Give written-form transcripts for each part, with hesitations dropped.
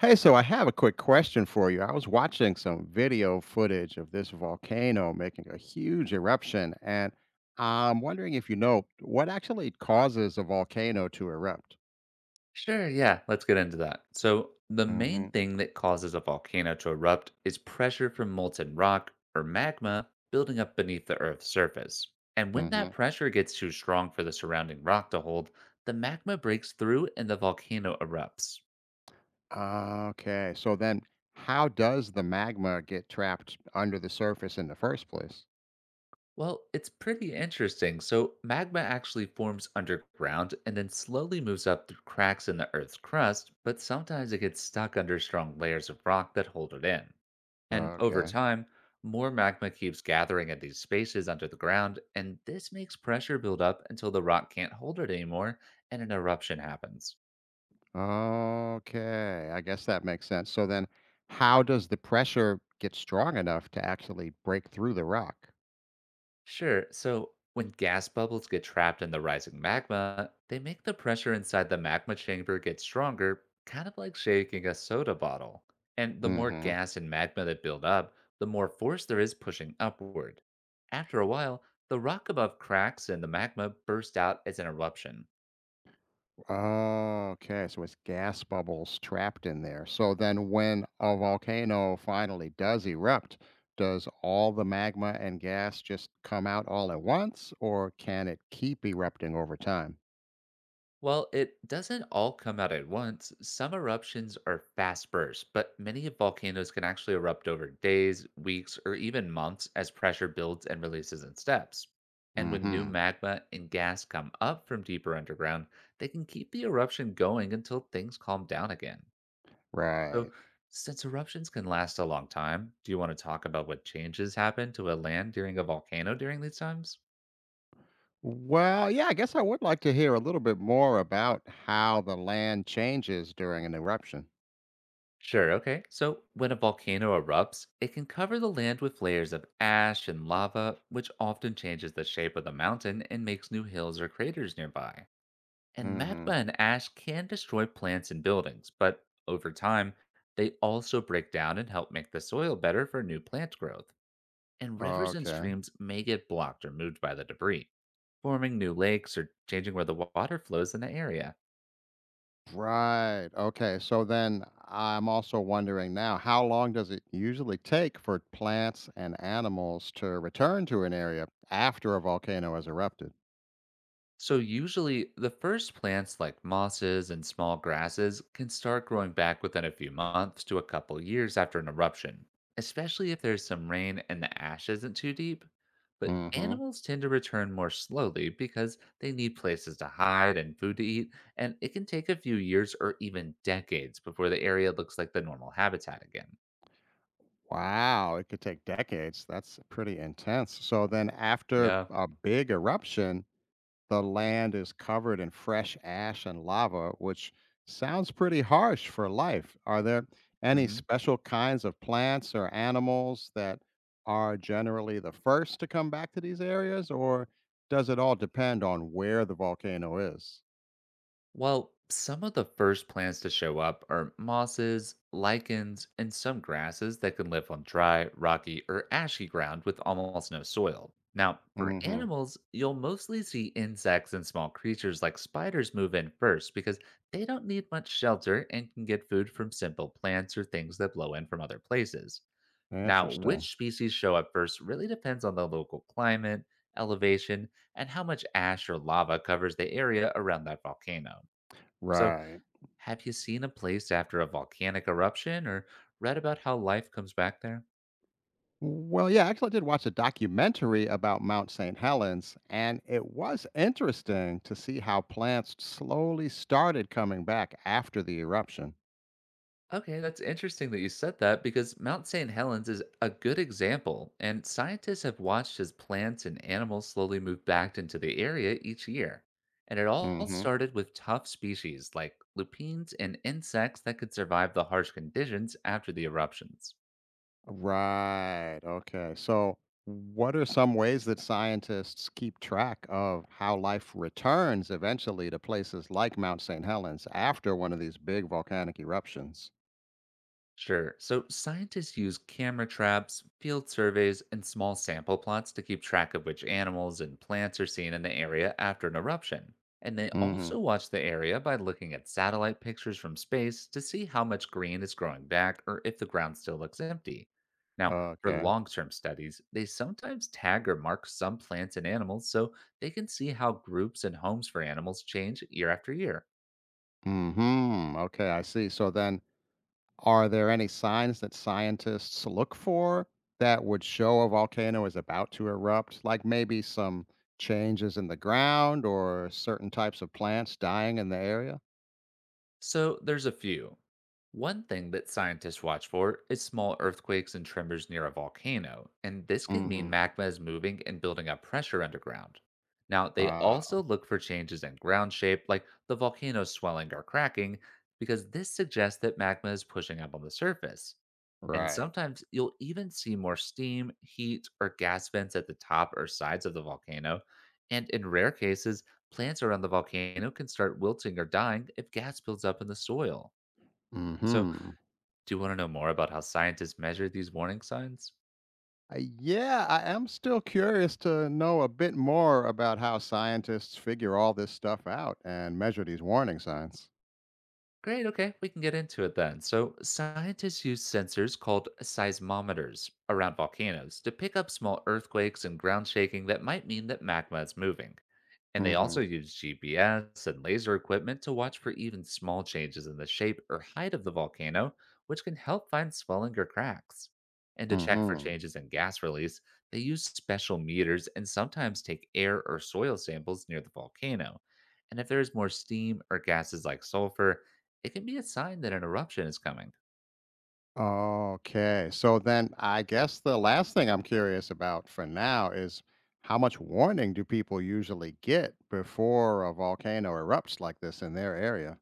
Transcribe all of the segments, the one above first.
Hey, so I have a quick question for you. I was watching some video footage of this volcano making a huge eruption, and I'm wondering if you know what actually causes a volcano to erupt. Sure, yeah, let's get into that. So, the Hmm. main thing that causes a volcano to erupt is pressure from molten rock or magma building up beneath the Earth's surface. And when Hmm. that pressure gets too strong for the surrounding rock to hold, the magma breaks through and the volcano erupts. Okay, so then how does the magma get trapped under the surface in the first place? Well, it's pretty interesting. So, magma actually forms underground and then slowly moves up through cracks in the Earth's crust, but sometimes it gets stuck under strong layers of rock that hold it in. And over Okay. time, more magma keeps gathering at these spaces under the ground, and this makes pressure build up until the rock can't hold it anymore and an eruption happens. Okay, I guess that makes sense. So then how does the pressure get strong enough to actually break through the rock? Sure. So when gas bubbles get trapped in the rising magma, they make the pressure inside the magma chamber get stronger, kind of like shaking a soda bottle. And the more gas and magma that build up, the more force there is pushing upward. After a while, the rock above cracks and the magma burst out as an eruption. Oh, okay. So it's gas bubbles trapped in there. So then, when a volcano finally does erupt, does all the magma and gas just come out all at once, or can it keep erupting over time? Well, it doesn't all come out at once. Some eruptions are fast bursts, but many volcanoes can actually erupt over days, weeks, or even months as pressure builds and releases in steps. And when new Hmm. magma and gas come up from deeper underground, they can keep the eruption going until things calm down again. Right. So, since eruptions can last a long time, do you want to talk about what changes happen to a land during a volcano during these times? Well, yeah, I guess I would like to hear a little bit more about how the land changes during an eruption. Sure, okay. So when a volcano erupts, it can cover the land with layers of ash and lava, which often changes the shape of the mountain and makes new hills or craters nearby. And Hmm. magma and ash can destroy plants and buildings, but over time, they also break down and help make the soil better for new plant growth. And rivers and Okay. streams may get blocked or moved by the debris, forming new lakes or changing where the water flows in the area. Right. Okay. So then I'm also wondering now, how long does it usually take for plants and animals to return to an area after a volcano has erupted? So, usually, the first plants like mosses and small grasses can start growing back within a few months to a couple years after an eruption, especially if there's some rain and the ash isn't too deep. But Hmm. animals tend to return more slowly because they need places to hide and food to eat, and it can take a few years or even decades before the area looks like the normal habitat again. Wow, it could take decades. That's pretty intense. So then after Yeah. a big eruption, the land is covered in fresh ash and lava, which sounds pretty harsh for life. Are there any Mm-hmm. special kinds of plants or animals that are generally the first to come back to these areas, or does it all depend on where the volcano is? Well, some of the first plants to show up are mosses, lichens, and some grasses that can live on dry, rocky, or ashy ground with almost no soil. Now, for Hmm. animals, you'll mostly see insects and small creatures like spiders move in first because they don't need much shelter and can get food from simple plants or things that blow in from other places. Now, Interesting. which species show up first really depends on the local climate, elevation, and how much ash or lava covers the area around that volcano. So, Right. have you seen a place after a volcanic eruption or read about how life comes back there? Well, yeah, actually, I did watch a documentary about Mount St. Helens, and it was interesting to see how plants slowly started coming back after the eruption. Okay, that's interesting that you said that because Mount St. Helens is a good example, and scientists have watched as plants and animals slowly move back into the area each year. And it all Hmm. started with tough species like lupines and insects that could survive the harsh conditions after the eruptions. Right. Okay. So, what are some ways that scientists keep track of how life returns eventually to places like Mount St. Helens after one of these big volcanic eruptions? Sure. So scientists use camera traps, field surveys, and small sample plots to keep track of which animals and plants are seen in the area after an eruption. And they Hmm. also watch the area by looking at satellite pictures from space to see how much green is growing back or if the ground still looks empty. Now, for Okay. long term studies, they sometimes tag or mark some plants and animals so they can see how groups and homes for animals change year after year. Hmm. Okay. I see. So, then are there any signs that scientists look for that would show a volcano is about to erupt? Like maybe some changes in the ground or certain types of plants dying in the area? So there's a few. One thing that scientists watch for is small earthquakes and tremors near a volcano, and this can mean Hmm. magma is moving and building up pressure underground. Now, they also Ah, look for changes in ground shape, like the volcano swelling or cracking, because this suggests that magma is pushing up on the surface. And right. sometimes you'll even see more steam, heat, or gas vents at the top or sides of the volcano. And in rare cases, plants around the volcano can start wilting or dying if gas builds up in the soil. So, Mhm. do you want to know more about how scientists measure these warning signs? Yeah, I am still curious to know a bit more about how scientists figure all this stuff out and measure these warning signs. Great, okay, we can get into it then. So, scientists use sensors called seismometers around volcanoes to pick up small earthquakes and ground shaking that might mean that magma is moving. And they Mhm. also used GPS and laser equipment to watch for even small changes in the shape or height of the volcano, which can help find swelling or cracks. And to check for Mhm. changes in gas release, they use special meters and sometimes take air or soil samples near the volcano. And if there is more steam or gases like sulfur, it can be a sign that an eruption is coming. Okay. So then I guess the last thing I'm curious about for now is how much warning do people usually get before a volcano erupts like this in their area?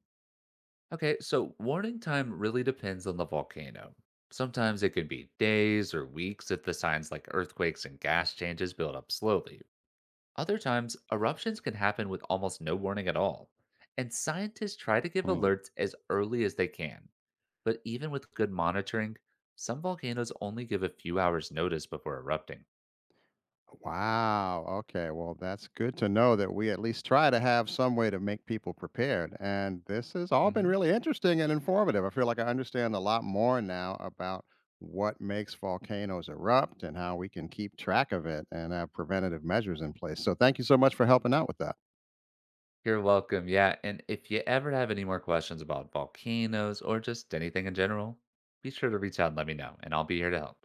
Okay, so warning time really depends on the volcano. Sometimes it can be days or weeks if the signs like earthquakes and gas changes build up slowly. Other times, eruptions can happen with almost no warning at all. And scientists try to give alerts as early as they can. But even with good monitoring, some volcanoes only give a few hours' notice before erupting. Wow. Okay. Well, that's good to know that we at least try to have some way to make people prepared. And this has all been Mhm. really interesting and informative. I feel like I understand a lot more now about what makes volcanoes erupt and how we can keep track of it and have preventative measures in place. So, thank you so much for helping out with that. You're welcome. Yeah. And if you ever have any more questions about volcanoes or just anything in general, be sure to reach out and let me know, and I'll be here to help.